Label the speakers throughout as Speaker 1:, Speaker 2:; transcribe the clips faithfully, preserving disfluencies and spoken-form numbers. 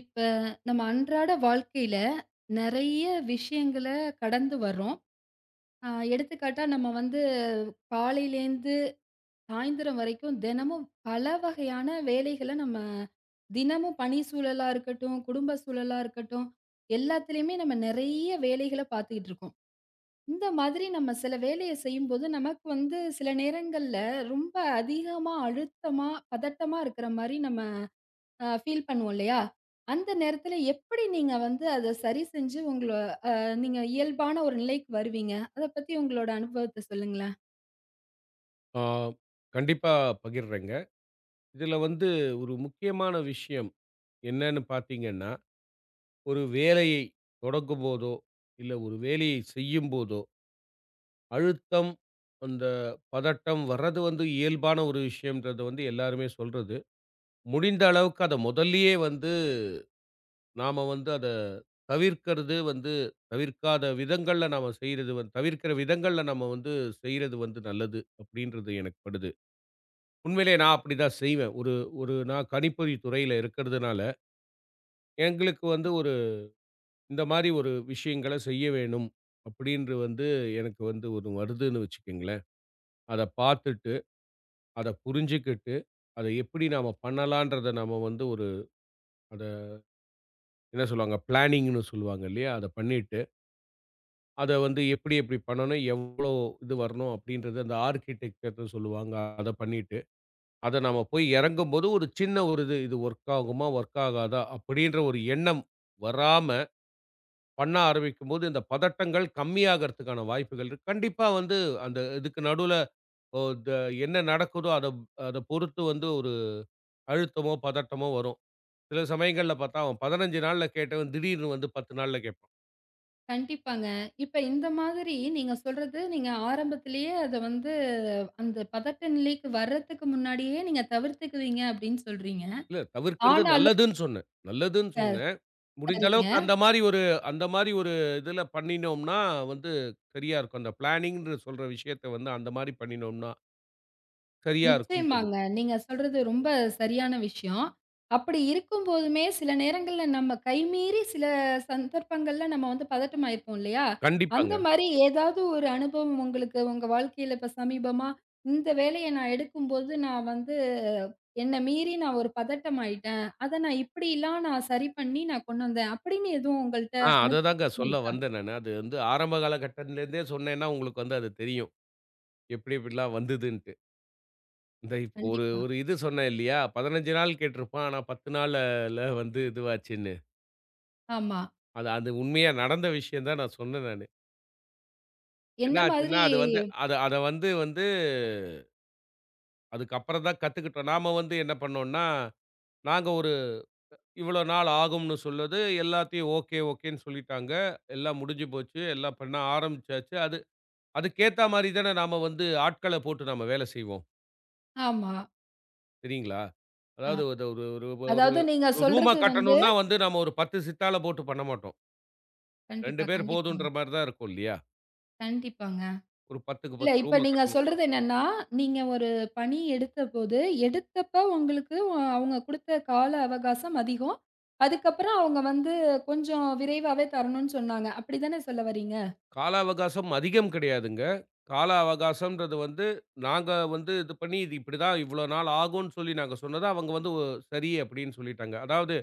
Speaker 1: இப்ப நம்ம அன்றாட வாழ்க்கையில நிறைய விஷயங்கள கடந்து வர்றோம். அ எடுத்துக்காட்டா நம்ம வந்து காலையிலேருந்து சாயந்தரம் வரைக்கும் தினமும் பல வகையான வேலைகள நம்ம தினமும் பணி சூழலா இருக்கட்டும், குடும்ப சூழலா இருக்கட்டும், எல்லாத்துலயுமே நம்ம நிறைய வேலைகள பார்த்துக்கிட்டு இருக்கோம். இந்த மாதிரி நம்ம சில வேலைய செய்யும்போது நமக்கு வந்து சில நேரங்கள்ல ரொம்ப அதிகமா, அழுத்தமா, பதட்டமா இருக்கிற மாரி நம்ம அ ஃபீல் பண்ணுவோம் இல்லையா? அந்த நேரத்துல எப்படி நீங்க வந்து அத சரி செஞ்சு உங்கள நீங்க இயல்பான ஒரு நிலைக்கு வருவீங்க? அத பத்தி உங்களோட அனுபவத்த சொல்லுங்களேன்.
Speaker 2: ஆ கண்டிப்பா பகிர்றேங்க. இதில வந்து ஒரு முக்கியமான விஷயம் என்னன்னு பார்த்தீங்கன்னா, ஒரு வேலையை தொடங்கும்போதோ, இல்ல ஒரு வேலையை செய்யும்போதோ, அழுத்தம், அந்த பதட்டம் வர்றது வந்து இயல்பான ஒரு விஷயம்ன்றத வந்து எல்லாருமே சொல்றது. முடிந்த அளவுக்கு அத முதல்லயே வந்து நாம வந்து அத தவிர்க்கிறது வந்து தவிர்க்காத விதங்கள்ல நாம செய்றது வந்து தவிர்க்கிற விதங்கள்ல நம்ம வந்து செய்றது வந்து நல்லது, அப்படின்றது எனக்கு படுது. உண்மையிலேயே நான் அப்படிதான் செய்வேன். ஒரு ஒரு நான் கணிப்பொறி துறையில இருக்கிறதுனால, எங்களுக்கு வந்து ஒரு இந்த மாரி ஒரு விஷயங்கள செய்ய வேணும் அப்படின்று வந்து எனக்கு வந்து ஒண்ணு வருதுன்னு வச்சுக்கங்களேன். அத பார்த்துட்டு, அத புரிஞ்சுக்கிட்டு, அத எப்படி நாம பண்ணலான்றத நாம வந்து ஒரு அத என்ன சொல்லுவாங்க? பிளானிங்ன்னு சொல்லுவாங்க இல்லையா? அத பண்ணிட்டு, அத வந்து எப்படி எப்படி பண்ணணும்? எவ்வளோ இது வரணும்? அப்படின்றது அந்த ஆர்க்கிடெக்சர்ன்னு சொல்லுவாங்க. அத பண்ணிட்டு அத நம்ம போய் இறங்கும்போது ஒரு சின்ன ஒரு இது, இது ஒர்க் ஆகுமா? ஒர்க் ஆகாதா? அப்படின்ற ஒரு எண்ணம் வராம பண்ண ஆரம்பிக்கும்போது, இந்த பதட்டங்கள் கம்மியாகறதுக்கான வாய்ப்புகள் இருக்கு. கண்டிப்பா வந்து அந்த இதுக்கு நடுவுல ஓ த என்ன நடக்குதோ அத அத பொறுத்து வந்து ஒரு அழுத்தமோ, பதட்டமோ வரும். சில சமயங்கள்ல பார்த்தா, அவன் பதினைந்து நாள்ல கேட்டவன் திடீர்னு வந்து பத்து நாள்ல கேட்பான்.
Speaker 1: கண்டிப்பாங்க. இப்ப இந்த மாதிரி நீங்க சொல்றது நீங்க ஆரம்பத்திலேயே அத வந்து அந்த பதட்ட நிலைக்கு வர்றதுக்கு முன்னாடியே நீங்க தவிர்த்துக்குவீங்க அப்படின்னு சொல்றீங்க.
Speaker 2: இல்ல தவிர்க்கிறது
Speaker 1: ஆனாலும்
Speaker 2: நல்லதுன்னு சொன்னேன். நல்லதுன்னு
Speaker 1: அ
Speaker 2: சொன்னேன். முடிந்த அளவுக்கு
Speaker 1: சரிங்க.
Speaker 2: அந்த மாரி ஒரு அந்த மாரி ஒரு இதுல பண்ணினோம்னா வந்து சரியா இருக்கும். அந்த பிளானிங்ன்னு சொல்ற விஷயத்த வந்து அந்த மாரி பண்ணினோம்னா, சரியா இருக்கும்ன்றது.
Speaker 1: நிச்சயமாங்க. நீங்க சொல்றது ரொம்ப சரியான விஷயம். அப்படி இருக்கும்போதுமே சில நேரங்கள்ல நம்ம கைமீறி சில சந்தர்ப்பங்கள்ல நம்ம வந்து பதட்டமாயிருப்போம் இல்லையா? அந்த
Speaker 2: கண்டிப்பாங்க.
Speaker 1: மாரி ஏதாவது ஒரு அனுபவம் உங்களுக்கு உங்க வாழ்க்கையில இப்ப சமீபமா, இந்த வேலைய நான் எடுக்கும்போது நான் வந்து என்ன மீறி நான் ஒரு பதட்டம் ஆயிட்டேன். அத நான் இப்படிலாம் நான் சரி பண்ணி நான் கொண்டு வந்தேன். அப்படின்னு எதுவும் உங்கள்ட்ட
Speaker 2: ஆ அததாங்க
Speaker 1: அனுபவம்
Speaker 2: சொல்ல
Speaker 1: இருக்கா?
Speaker 2: வந்தேன் நானு. அது வந்து ஆரம்ப காலகட்டத்திலேருந்தே சொன்னேன்னா, உங்களுக்கு வந்து அது தெரியும். எப்டி எப்டிலாம் வந்ததுன்ட்டு. இந்த இப்போ ஒரு
Speaker 1: கண்டிப்பா.
Speaker 2: ஒரு இது சொன்னேன் இல்லையா? பதினைந்து நாள் கேட்டிருப்பான். ஆனா பத்து நாள்ல வந்து இதுவாச்சுன்னு.
Speaker 1: ஆமா.
Speaker 2: அது அது உண்மையா நடந்த விஷயம் தான் நான் சொன்னேன் நானு.
Speaker 1: என்ன
Speaker 2: என்ன ஆச்சுன்னா,
Speaker 1: மாதிரி
Speaker 2: அது வந்து அத அத வந்து வந்து அதுக்கப்புறம் தான் கத்துக்கிட்டோம். நாம வந்து என்ன பண்ணோம்னா, நாங்க ஒரு இவ்வளோ நாள் ஆகும்னு சொல்லுது. எல்லாத்தையும் ஓகே, ஓகேன்னு சொல்லிட்டாங்க. எல்லாம் முடிஞ்சு போச்சு. எல்லாம் பண்ண ஆரம்பிச்சாச்சு. அது அதுக்கேத்தா மாரி தானே நாம வந்து ஆட்கள போட்டு நாம வேலை செய்வோம்.
Speaker 1: ஆமா.
Speaker 2: சரிங்களா?
Speaker 1: அ
Speaker 2: அதாவது ஒரு ஒரு ஒரு ஒரு
Speaker 1: அதாவது நீங்க
Speaker 2: ஒரு ரூமா
Speaker 1: சொல்றது வந்து
Speaker 2: கட்டணும்னா வந்து நம்ம ஒரு பத்து சித்தாள போட்டு பண்ண மாட்டோம். ரெண்டு
Speaker 1: கண்டிப்பா,
Speaker 2: பேர் போதுன்ற
Speaker 1: கண்டிப்பாங்க.
Speaker 2: மாரி தான் இருக்கும் இல்லையா?
Speaker 1: கண்டிப்பாங்க.
Speaker 2: ஒரு 10க்கு
Speaker 1: இல்ல,
Speaker 2: பத்து
Speaker 1: இப்ப
Speaker 2: ரூம
Speaker 1: நீங்க
Speaker 2: கட்டணும்னா.
Speaker 1: சொல்றது என்னன்னா, நீங்க ஒரு பணி எடுத்தபோது, எடுத்தப்ப உங்களுக்கு அ அவங்க குடுத்த கால அவகாசம் அதிகம். அதுக்கப்புறம் அவங்க வந்து கொஞ்சம் விரைவாவே தரணும்னு சொன்னாங்க. அப்படிதானே சொல்ல வர்றீங்க?
Speaker 2: கால அவகாசம் அதிகம் கிடையாதுங்க. கால அவகாசம்ன்றது வந்து நாங்க வந்து இது பண்ணி இது இப்படிதான் இவ்வளோ நாள் ஆகும்ன்னு சொல்லி நாங்க சொன்னது அவங்க வந்து ஒ- சரி அப்படின்னு சொல்லிட்டாங்க. அதாவது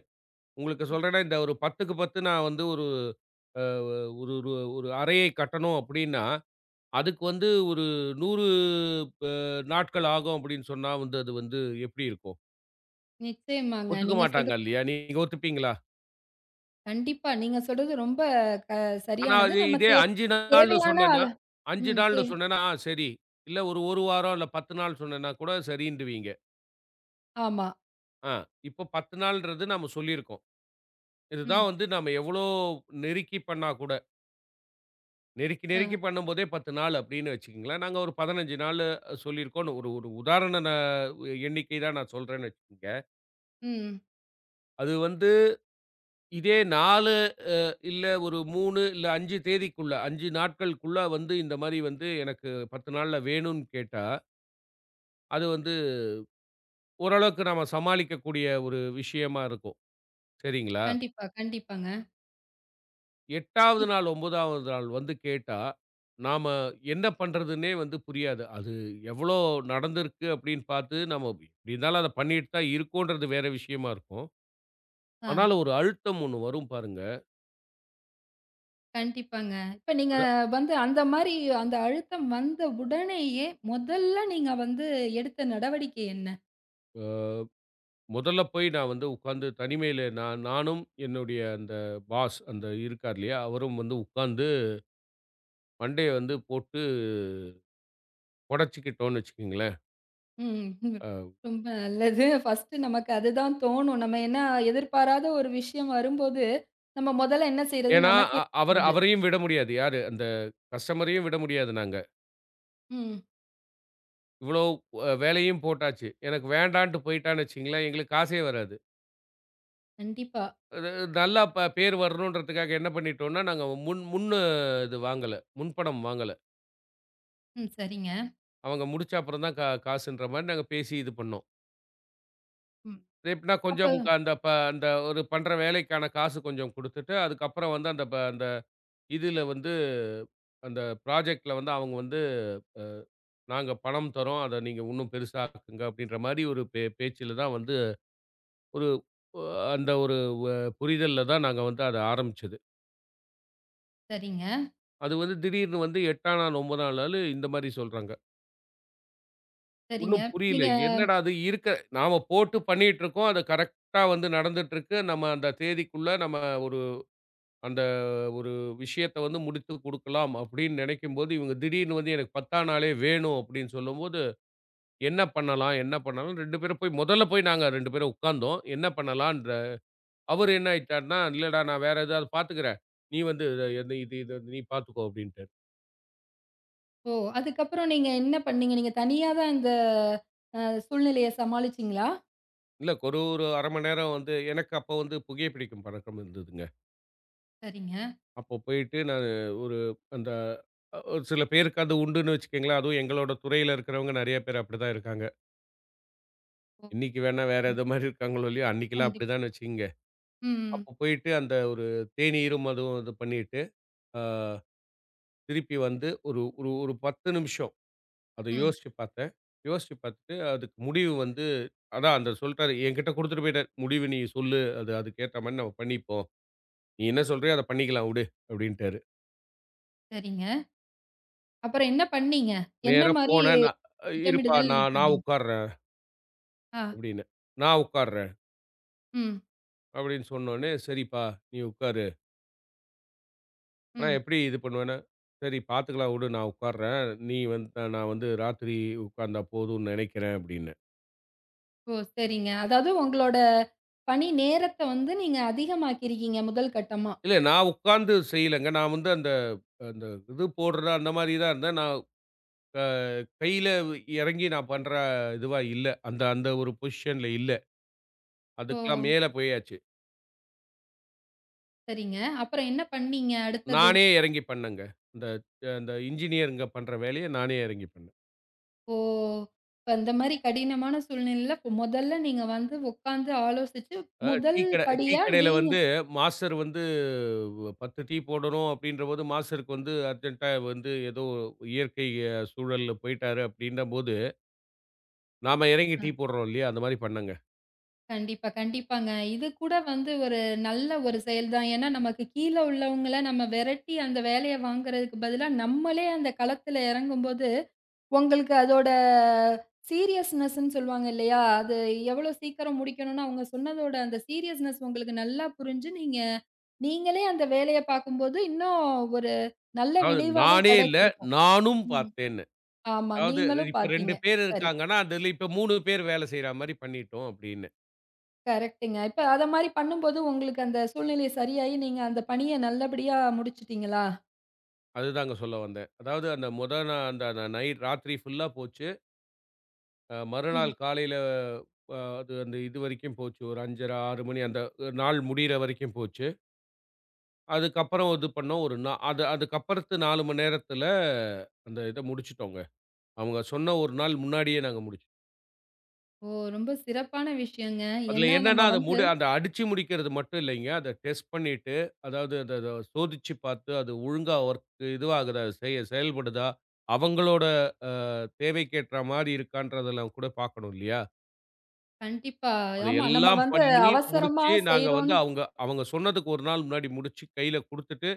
Speaker 2: உங்களுக்கு சொல்றேன்னா, இந்த ஒரு 10க்கு பத்து நான் வந்து ஒரு அ ஒரு ஒரு ஒரு அறையை கட்டணும் அப்டின்னா, அதுக்கு வந்து ஒரு நூறு அ நாட்கள் ஆகும் அப்டின்னு சொன்னா வந்து அது வந்து எப்டி இருக்கும்?
Speaker 1: நிச்சயமாங்க.
Speaker 2: ஒத்துக்க
Speaker 1: நீங்க
Speaker 2: மாட்டாங்க
Speaker 1: சொல்றது
Speaker 2: இல்லையா? நீங்க ஒத்துப்பீங்களா?
Speaker 1: கண்டிப்பா. நீங்க சொல்றது ரொம்ப க
Speaker 2: ஆனா
Speaker 1: சரியானது.
Speaker 2: அது
Speaker 1: நம்ம
Speaker 2: இதே
Speaker 1: தே
Speaker 2: அஞ்சு நாள்னு
Speaker 1: தேவையான ஆள
Speaker 2: சொன்னேன்னா அஞ்சு
Speaker 1: ம். தே
Speaker 2: நாள்னு சொன்னேன்னா, ஆ சரி. இல்ல ஒரு 1 வாரம் இல்ல பத்து நாள் சொன்னேன்னா கூட சரின்டுவீங்க.
Speaker 1: ஆமா.
Speaker 2: ஆ இப்போ பத்து நாள்ன்றது நம்ம சொல்லியிருக்கோம்.
Speaker 1: ம்.
Speaker 2: இதுதான் வந்து நம்ம எவ்ளோ நெருக்கி பண்ணா கூட நெருக்கி,
Speaker 1: அ.
Speaker 2: நெருக்கி பண்ணும்போதே பத்து நாள் அப்படின்னு வச்சுக்கங்களேன். நாங்க ஒரு பதினைந்து நாளு சொல்லியிருக்கோம். ஒரு ஒரு உதாரண ந எண்ணிக்கை தான் நான் சொல்றேன்னு வச்சுக்கங்க.
Speaker 1: ம்.
Speaker 2: அது வந்து இதே நாலு இல்ல ஒரு மூணு இல்ல அஞ்சு தேதிக்குள்ள, அஞ்சு நாட்களுக்குள்ள வந்து இந்த மாரி வந்து எனக்கு பத்து நாள்ல வேணும்னு கேட்டா, அது வந்து ஓரளவுக்கு நாம சமாளிக்கக்கூடிய ஒரு விஷயமா இருக்கும். சரிங்களா?
Speaker 1: கண்டிப்பா, கண்டிப்பாங்க.
Speaker 2: 8வது
Speaker 1: இப்
Speaker 2: நாள் 9வது நாள் வந்து கேட்டா, நாம என்ன பண்றதுன்னே வந்து புரியாது. அது எவ்வளோ நடந்திருக்கு அப்படின்னு பார்த்து, நம்ம எப்படி இருந்தாலும் அத பண்ணிட்டு தான் இருக்கோன்றது வேற விஷயமா இருக்கும்.
Speaker 1: ஆ.
Speaker 2: ஆனாலும் ஒரு அழுத்தம் ஒண்ணு வரும் பாருங்க.
Speaker 1: கண்டிப்பாங்க. இப்ப நீங்க
Speaker 2: அத
Speaker 1: வந்து அந்த மாரி அந்த அழுத்தம் வந்த உடனேயே, முதல்ல நீங்க வந்து எடுத்த நடவடிக்கை என்ன?
Speaker 2: முதல்ல போய் நான் வந்து உட்கார்ந்து தனிமையில நான் நானும் என்னுடைய அந்த பாஸ் அந்த இருக்கார் இல்லையா? அவரும் வந்து உட்கார்ந்து மண்டைய வந்து போட்டு உடைச்சுக்கிட்டோம்னு வச்சுக்கங்களேன்.
Speaker 1: ம். ம்.
Speaker 2: அ
Speaker 1: ரொம்ப நல்லது. ஃபர்ஸ்ட்டு நமக்கு அதுதான் தோணும். நம்ம ஏன்னா எதிர்பாராத ஒரு விஷயம் வரும்போது, நம்ம முதல்ல என்ன செய்றதுன்னு
Speaker 2: ஏன்னா,
Speaker 1: நமக்கே
Speaker 2: அ அவர
Speaker 1: தெரியாது.
Speaker 2: அவரையும் விட முடியாது. யாரு? அந்த கஸ்டமரையும் விட முடியாது நாங்க.
Speaker 1: ம்.
Speaker 2: இவ்வளோ அ வேலையும் போட்டாச்சு. எனக்கு வேண்டான்ட்டு போயிட்டான்னு வச்சுக்கங்களேன், எங்களுக்கு காசே வராது.
Speaker 1: கண்டிப்பா.
Speaker 2: அது நல்லா ப பேர் வரணுன்றதுக்காக என்ன பண்ணிட்டோம்னா, நாங்க முன் முன் இது வாங்கல. முன்பணம் வாங்கல.
Speaker 1: ம். சரிங்க.
Speaker 2: அவங்க முடிச்ச அப்புறம் தான் கா காசுன்ற மாரி நாங்க பேசி இது பண்ணோம்.
Speaker 1: ம்.
Speaker 2: எப்படின்னா
Speaker 1: அப்ப
Speaker 2: கொஞ்சம் க அந்த ப அந்த ஒரு பண்ற வேலைக்கான காசு கொஞ்சம் குடுத்துட்டு, அதுக்கப்புறம் வந்து அந்த ப அந்த இதுல வந்து அந்த ப்ராஜெக்ட்ல வந்து அவங்க வந்து, "நாங்க பணம் தர்றோம். அத நீங்க இன்னும் பெருசா ஆக்குங்க" அப்படின்ற மாரி ஒரு பே பேச்சுல தான் வந்து ஒரு அந்த ஒரு வ புரிதல்ல தான் நாங்க வந்து அத ஆரம்பிச்சது.
Speaker 1: சரிங்க,
Speaker 2: அது வந்து திடீர்னு வந்து 8ஆம் நாள் 9ஆம் நாளு இந்த மாரி சொல்றாங்க.
Speaker 1: சரிங்க.
Speaker 2: ஒண்ணும் புரியல.
Speaker 1: நீங்க
Speaker 2: என்னடா அது இருக்க நாம போட்டு பண்ணிட்டுருக்கோம். அது கரெக்ட்டா வந்து நடந்துட்டுருக்கு. நம்ம அந்த தேதிக்குள்ள நம்ம ஒரு அந்த ஒரு விஷயத்த வந்து முடித்து குடுக்கலாம் அப்படின்னு நினைக்கும்போது, இவங்க திடீர்னு வந்து எனக்கு 10ஆம் நாளே வேணும் அப்படின்னு சொல்லும்போது, என்ன பண்ணலாம்? என்ன பண்ணலாம்? ரெண்டு பேரும் போய் முதல்ல போய் நாங்க ரெண்டு பேரும் உட்கார்ந்தோம். என்ன பண்ணலான்ற அவரு என்ன ஆயிட்டார்ன்னா, "இல்லடா நான் வேற ஏதாவது பார்த்துக்கிறேன். நீ வந்து இத எது இது இது வந்து நீ பார்த்துக்கோ" அப்படின்ட்டாரு.
Speaker 1: ஓ! அதுக்கப்புறம் நீங்க என்ன பண்ணீங்க? நீங்க தனியா தான் இந்த அ சூழ்நிலைய சமாளிச்சீங்களா?
Speaker 2: இல்ல ஒரு ஒரு அரை மணி நேரம் வந்து எனக்கு அப்போ வந்து புகைப்பிடிக்கும் பழக்கம் இருந்ததுங்க.
Speaker 1: சரிங்க.
Speaker 2: அப்போ போயிட்டு நானு ஒரு அந்த அ ஒரு சில பேருக்கு அது உண்டுன்னு வச்சுக்கங்களேன். அதுவும் எங்களோட துறையில இருக்கிறவங்க நெறைய பேர் அப்படிதான் இருக்காங்க.
Speaker 1: ஓ!
Speaker 2: இன்னைக்கு வேணா வேற எதோ மாரி இருக்காங்களோ இல்லையோ, அன்னைக்கெல்லாம்
Speaker 1: கண்டிப்
Speaker 2: அப்படிதான்னு வச்சுக்கங்க.
Speaker 1: ம்.
Speaker 2: அப்போ போயிட்டு அந்த ஒரு தேநீரும் அதுவும் இது பண்ணிட்டு, அ திருப்பி வந்து ஒரு ஒரு ஒரு பத்து நிமிஷம் அத
Speaker 1: ம்.
Speaker 2: யோசிச்சு பார்த்தேன். யோசிச்சு பார்த்துட்டு அதுக்கு முடிவு வந்து அதான் அந்த சொல்ட்டாரு. என்கிட்ட குடுத்துட்டு போயிட்டாரு. "முடிவு நீ சொல்லு. அது அதுக்கேத்த மாரி நம்ம பண்ணிப்போம். நீ என்ன சொல்றியோ அத பண்ணிக்கலாம் விடு" அப்படின்ட்டாரு.
Speaker 1: சரிங்க. அப்புறம் என்ன பண்ணீங்க? என்ன
Speaker 2: நேரா
Speaker 1: மாரி
Speaker 2: போனேன். நான் "இருப்பா
Speaker 1: திட்டமிடுதல்
Speaker 2: நான் நான்
Speaker 1: பண்ணீங்க?
Speaker 2: உட்கார்றேன்"
Speaker 1: ஆ.
Speaker 2: அப்படின்னு. "நான் உட்கார்றேன்"
Speaker 1: ம்.
Speaker 2: அப்படின்னு சொன்னோனே, "சரிப்பா நீ உட்காரு. ஆனா
Speaker 1: ம்.
Speaker 2: எப்படி இது பண்ணுவேன்னா" "சரி பார்த்துக்கலாம் விடு நான் உட்கார்றேன். நீ வந்து நான் வந்து ராத்திரி உட்கார்ந்தா போதும்னு நெனைக்கிறேன்" அப்படின்னேன்.
Speaker 1: ஓ! சரிங்க. அதாவது உங்களோட பணி நேரத்த வந்து நீங்க அதிகமாக்கியிருக்கீங்க முதல் கட்டமா.
Speaker 2: இல்ல நான் உட்கார்ந்து செய்யலங்க. நான் வந்து அந்த அந்த இது போடுற அந்த மாரி தான் இருந்தேன். நான் கையில இறங்கி நான் பண்ற இதுவா இல்ல. அந்த அந்த ஒரு பொசிஷன்ல இல்ல.
Speaker 1: ஓ!
Speaker 2: அதுக்கெல்லாம் மேல போயாச்சு.
Speaker 1: சரிங்க. அப்புறம் என்ன பண்ணீங்க அடுத்தது?
Speaker 2: நானே இறங்கி பண்ணேங்க. அந்த அந்த இன்ஜினியர்ங்க பண்ற வேலைய நானே இறங்கி பண்ணேன்.
Speaker 1: ஓ! இப்ப அந்த மாரி கடினமான சூழ்நிலையில முதல்ல நீங்க வந்து உட்காந்து ஆலோசிச்சு
Speaker 2: அ
Speaker 1: முதல்
Speaker 2: டீ கடை டீ
Speaker 1: படியா
Speaker 2: கடையில
Speaker 1: நீங்க
Speaker 2: வந்து மாஸ்டர் வந்து பத்து டீ போடணும் அப்டின்றபோது, மாஸ்டருக்கு வந்து அர்ஜென்ட்டா வந்து ஏதோ இயற்கை அஹ், சூழல்ல போயிட்டாரு அப்டின்னம்போது, நாம இறங்கி
Speaker 1: ஆ.
Speaker 2: டீ போடுறோம் இல்லையா? அந்த மாரி பண்ணேங்க.
Speaker 1: கண்டிப்பா, கண்டிப்பாங்க. இது கூட வந்து ஒரு நல்ல ஒரு செயல் தான். ஏன்னா, நமக்கு கீழ உள்ளவங்கள நம்ம விரட்டி அந்த வேலைய வாங்குறதுக்கு பதிலா, நம்மளே அந்த களத்துல இறங்கும்போது, உங்களுக்கு அதோட சீரியஸ்னஸ்ன்னு சொல்லுவாங்க இல்லையா? அது எவ்வளோ சீக்கிரம் முடிக்கணும்னு அவங்க சொன்னதோட அந்த சீரியஸ்னஸ் உங்களுக்கு நல்லா புரிஞ்சு, நீங்க நீங்களே அந்த வேலைய பார்க்கும்போது, இன்னும் ஒரு நல்ல
Speaker 2: அதாவது
Speaker 1: விளைவாவே
Speaker 2: நானே இல்ல,
Speaker 1: கிடைச்சிருக்கும்.
Speaker 2: நானும்
Speaker 1: ம்.
Speaker 2: பார்த்தேன்.
Speaker 1: ஆமா.
Speaker 2: அதாவது
Speaker 1: நீங்களும்
Speaker 2: இப்ப ரெண்டு
Speaker 1: பார்த்தீங்க.
Speaker 2: பேர்
Speaker 1: சரி.
Speaker 2: இருக்காங்கன்னா, அதுல இப்ப மூணு பேர் வேலை செய்ற மாரி பண்ணிட்டோம் அப்படின்னு.
Speaker 1: கரெக்ட்டுங்க. இப்ப அத மாரி பண்ணும்போது, உங்களுக்கு அந்த சூழ்நிலை சரியாயி, நீங்க அந்த பணிய நல்லபடியா முடிச்சுட்டீங்களா?
Speaker 2: அதுதாங்க சொல்ல வந்தேன். அதாவது அந்த மொத நா அந்த அந்த நைட் ராத்திரி ஃபுல்லா போச்சு. அ மறுநாள்
Speaker 1: ம்.
Speaker 2: காலையில அ அது அந்த இது வரைக்கும் போச்சு. ஒரு அஞ்சரை, ஆறு மணி அந்த அஹ், நாள் முடியிற வரைக்கும் போச்சு. அதுக்கப்புறம் இது பண்ணோம். ஒரு நா அது அதுக்கப்புறத்து நாலு மணி நேரத்துல அந்த இத முடிச்சுட்டோங்க. அவங்க சொன்ன ஒரு நாள் முன்னாடியே நாங்க முடிச்சுட்டோம்.
Speaker 1: ஓ! ரொம்ப சிறப்பான விஷயங்க.
Speaker 2: அதுல
Speaker 1: ஏன்னா
Speaker 2: என்னன்னா,
Speaker 1: நம்ம
Speaker 2: அத
Speaker 1: வந்து
Speaker 2: முடி அந்த அடிச்சு முடிக்கிறது மட்டும் இல்லைங்க. அத டெஸ்ட் பண்ணிட்டு, அதாவது அத அத சோதிச்சு பார்த்து, அது ஒழுங்கா ஒர்க் இதுவாகுதா? செய செயல்படுதா? அவங்களோட அ தேவைக்கேற்றா மாரி இருக்கான்றதெல்லாம் கூட பார்க்கணும் இல்லையா?
Speaker 1: கண்டிப்பா.
Speaker 2: அத
Speaker 1: ஆமா. நம்ம
Speaker 2: எல்லாம்
Speaker 1: வந்து
Speaker 2: பண்ணி
Speaker 1: அவசரமா
Speaker 2: முடிச்சு, நாங்க
Speaker 1: செய்றோம்
Speaker 2: வந்து அவங்க அவங்க சொன்னதுக்கு ஒரு நாள் முன்னாடி முடிச்சு, கையில குடுத்துட்டு,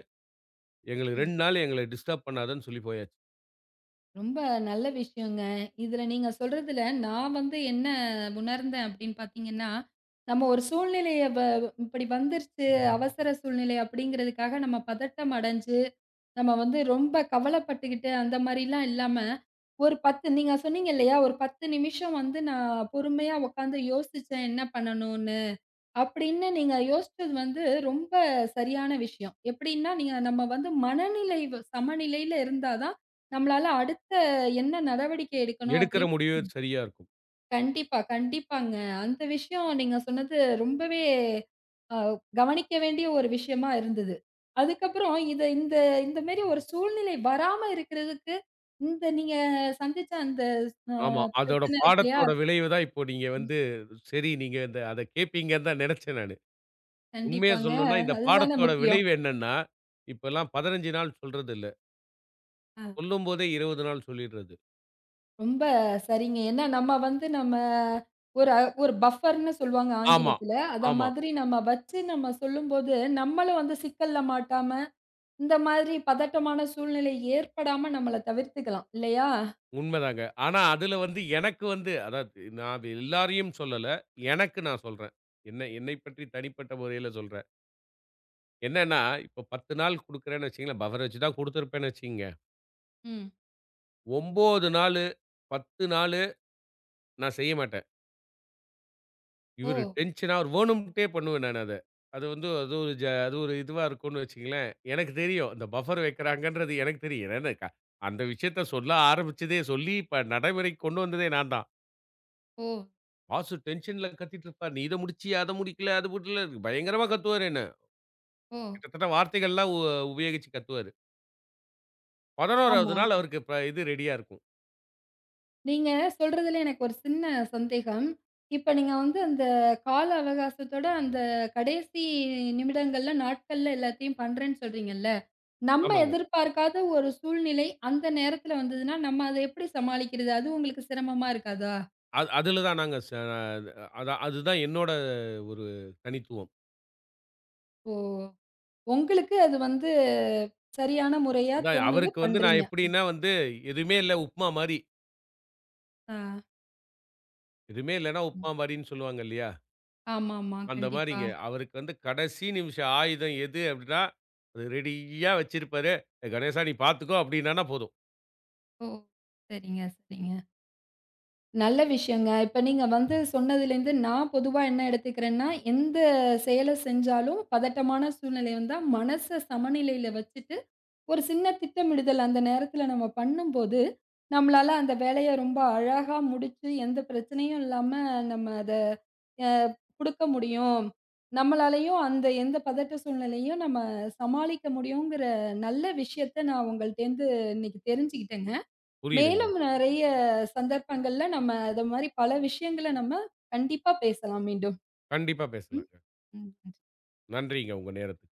Speaker 2: "எங்களுக்கு
Speaker 1: ம்.
Speaker 2: ரெண்டு நாள் எங்கள டிஸ்டர்ப் பண்ணாதன்னு" சொல்லி போயாச்சு.
Speaker 1: ரொம்ப நல்ல விஷயங்க. இதுல நீங்க சொல்றதுல நான் வந்து என்ன உணர்ந்தேன் அப்படின்னு பார்த்தீங்கன்னா, நம்ம ஒரு சூழ்நிலைய வ இப்படி வந்துருச்சு, அவசர சூழ்நிலை அப்படிங்கிறதுக்காக நம்ம பதட்டம் அடைஞ்சு, நம்ம வந்து ரொம்ப கவலைப்பட்டுக்கிட்டு அந்த மாரிலாம் இல்லாம ஒரு பத்து நீங்க சொன்னீங்க இல்லையா? ஒரு பத்து நிமிஷம் வந்து நான் பொறுமையா உட்காந்து யோசிச்சேன் என்ன பண்ணணும்னு. அப்படின்னு நீங்க யோசிச்சது வந்து ரொம்ப சரியான விஷயம். எப்படின்னா, நீங்க நம்ம வந்து மனநிலை வ- சமநிலையில இருந்தா தான், நம்மளால அடுத்த என்ன நடவடிக்கை எடுக்கணும்
Speaker 2: எடுக்கிற
Speaker 1: அப்படிங்
Speaker 2: முடிவு சரியா இருக்கும்.
Speaker 1: கண்டிப்பா, கண்டிப்பாங்க. அந்த விஷயம் நீங்க சொன்னது ரொம்பவே அ கவனிக்க வேண்டிய ஒரு விஷயமா இருந்தது. அதுக்கப்புறம் இத இந்த இந்த மாரி ஒரு சூழ்நிலை வராம இருக்கிறதுக்கு, இந்த நீங்க சந்திச்ச அந்த அ
Speaker 2: ஆமா. அதோட
Speaker 1: பிரச்சனை இருக்கு இல்லையா?
Speaker 2: பாடத்தோட விளைவு தான் இப்போ நீங்க வந்து, சரி நீங்க இந்த அத கேட்பீங்கன்னு தான் நெனச்சேன் நானு. உண்மைய
Speaker 1: கண்டிப்பாங்க.
Speaker 2: சொல்லணும்னா, இந்த
Speaker 1: அதுதானே
Speaker 2: பாடத்தோட
Speaker 1: முக்கியம்.
Speaker 2: விளைவு என்னன்னா, இப்பல்லாம் பதினைந்து நாள் சொல்றது இல்ல.
Speaker 1: அ.
Speaker 2: சொல்லும்போதே இருபது நாள் சொல்லிடுறது.
Speaker 1: ரொம்ப சரிங்க. ஏன்னா நம்ம வந்து நம்ம ஒரு ஒரு பஃபர்ன்னு சொல்லுவாங்க
Speaker 2: ஆமா,
Speaker 1: ஆங்கிலத்தில. அத
Speaker 2: ஆமா.
Speaker 1: மாதிரி நம்ம வச்சு நம்ம சொல்லும்போது, நம்மளும் வந்து சிக்கல்ல மாட்டாம இந்த மாதிரி பதட்டமான சூழ்நிலை ஏற்படாம நம்மள தவிர்த்துக்கலாம் இல்லையா?
Speaker 2: உண்மதாங்க. ஆனா, அதுல வந்து எனக்கு வந்து அதாவது நான் எல்லாரையும் சொல்லல. எனக்கு நான் சொல்றேன். என்ன என்னைப் பற்றி தனிப்பட்ட முறையில சொல்றேன். என்னன்னா, இப்ப பத்து நாள் குடுக்குறேன்னு வச்சுக்கங்களேன், பஃபர் வச்சு தான் குடுத்திருப்பேன்னு வச்சுக்கங்க.
Speaker 1: ம்.
Speaker 2: ஒன்பது நாளு, பத்து நாளு நான் செய்ய மாட்டேன்.
Speaker 1: ஓ!
Speaker 2: இவரு டென்ஷனா அவரு வேணும்ட்டே பண்ணுவேன் நானு அத. அது வந்து அது ஒரு ஜ அது ஒரு இதுவா இருக்கும்னு வச்சுக்கங்களேன். எனக்கு தெரியும். இந்த பஃபர் வைக்கிறாங்கன்றது எனக்கு தெரியும். ஏன்னா க அந்த விஷயத்த சொல்ல ஆரம்பிச்சதே, சொல்லி இப்ப நடைமுறைக்கு கொண்டு வந்ததே நான் தான்.
Speaker 1: ஓ!
Speaker 2: பாஸ் டென்ஷன்ல கத்திட்டு இருப்பார். "நீ இத முடிச்சியா? அத முடிக்கல. அது முடியல." பயங்கரமா கத்துவாரு என்ன.
Speaker 1: ஓ!
Speaker 2: கிட்டத்தட்ட வார்த்தைகள்லாம் உ உபயோகிச்சு கத்துவாரு. 11வது
Speaker 1: ஆமா.
Speaker 2: நாள் அவருக்கு இப்ப இது ரெடியா இருக்கும்.
Speaker 1: நீங்க சொல்றதுல எனக்கு ஒரு சின்ன சந்தேகம். இப்ப நீங்க வந்து அந்த கால அவகாசத்தோட அந்த கடைசி நிமிடங்கள்ல, நாட்கள்ல எல்லாத்தையும் பண்றேன்னு சொல்றீங்கல்ல. நம்ம
Speaker 2: ஆமாங்க.
Speaker 1: எதிர்பார்க்காத ஒரு சூழ்நிலை அந்த நேரத்துல வந்ததுன்னா, நம்ம அத எப்படி சமாளிக்கிறது? அது உங்களுக்கு சிரமமா இருக்காதா?
Speaker 2: அது அதுல தான் நாங்க ச அதான் அதுதான் என்னோட ஒரு தனித்துவம்.
Speaker 1: ஓ! உங்களுக்கு அது வந்து சரியான முறையா
Speaker 2: அதான்
Speaker 1: தோணுது,
Speaker 2: அவருக்கு வந்து நான்
Speaker 1: பண்றீங்க.
Speaker 2: எப்படின்னா வந்து, எதுவுமே இல்ல உப்புமா மாரி.
Speaker 1: ஆ.
Speaker 2: எதுவுமே இல்லன்னா உப்புமா மாரின்னு சொல்லுவாங்க இல்லையா?
Speaker 1: ஆமாமா.
Speaker 2: அந்த
Speaker 1: கண்டிப்பா.
Speaker 2: மாரிங்க. அவருக்கு வந்து கடைசி நிமிஷம் ஆயுதம் எது அப்படின்னா, அது ரெடியா வச்சிருப்பாரு. "கணேசா நீ பார்த்துக்கோ" அப்படின்னான்னா போதும்.
Speaker 1: ஓ! சரிங்க, சரிங்க. நல்ல விஷயங்க. இப்ப நீங்க வந்து சொன்னதுலேருந்து நான் பொதுவா என்ன எடுத்துக்கிறேன்னா, எந்த செயல செஞ்சாலும் பதட்டமான சூழ்நிலை வந்தா மனச சமநிலையில வச்சுட்டு, ஒரு சின்ன திட்டமிடுதல் அந்த நேரத்துல நம்ம பண்ணும்போது, நம்மளால அந்த வேலைய ரொம்ப அழகா முடிச்சு, எந்த பிரச்சனையும் இல்லாம நம்ம அத அ குடுக்க முடியும். நம்மளாலயும் அந்த எந்த பதட்ட சூழ்நிலையும் நம்ம சமாளிக்க முடியுங்கிற நல்ல விஷயத்த நான் உங்கள்ட்டேருந்து இன்னைக்கு தெரிஞ்சுக்கிட்டேங்க.
Speaker 2: புரியுதுங்க.
Speaker 1: மேலும் நெறைய சந்தர்ப்பங்கள்ல நம்ம இத மாரி பல விஷயங்கள நம்ம கண்டிப்பா பேசலாம் மீண்டும்.
Speaker 2: கண்டிப்பா
Speaker 1: ம்.
Speaker 2: பேசலாங்க.
Speaker 1: ம்.
Speaker 2: நன்றிங்க உங்க நேரத்துக்கு.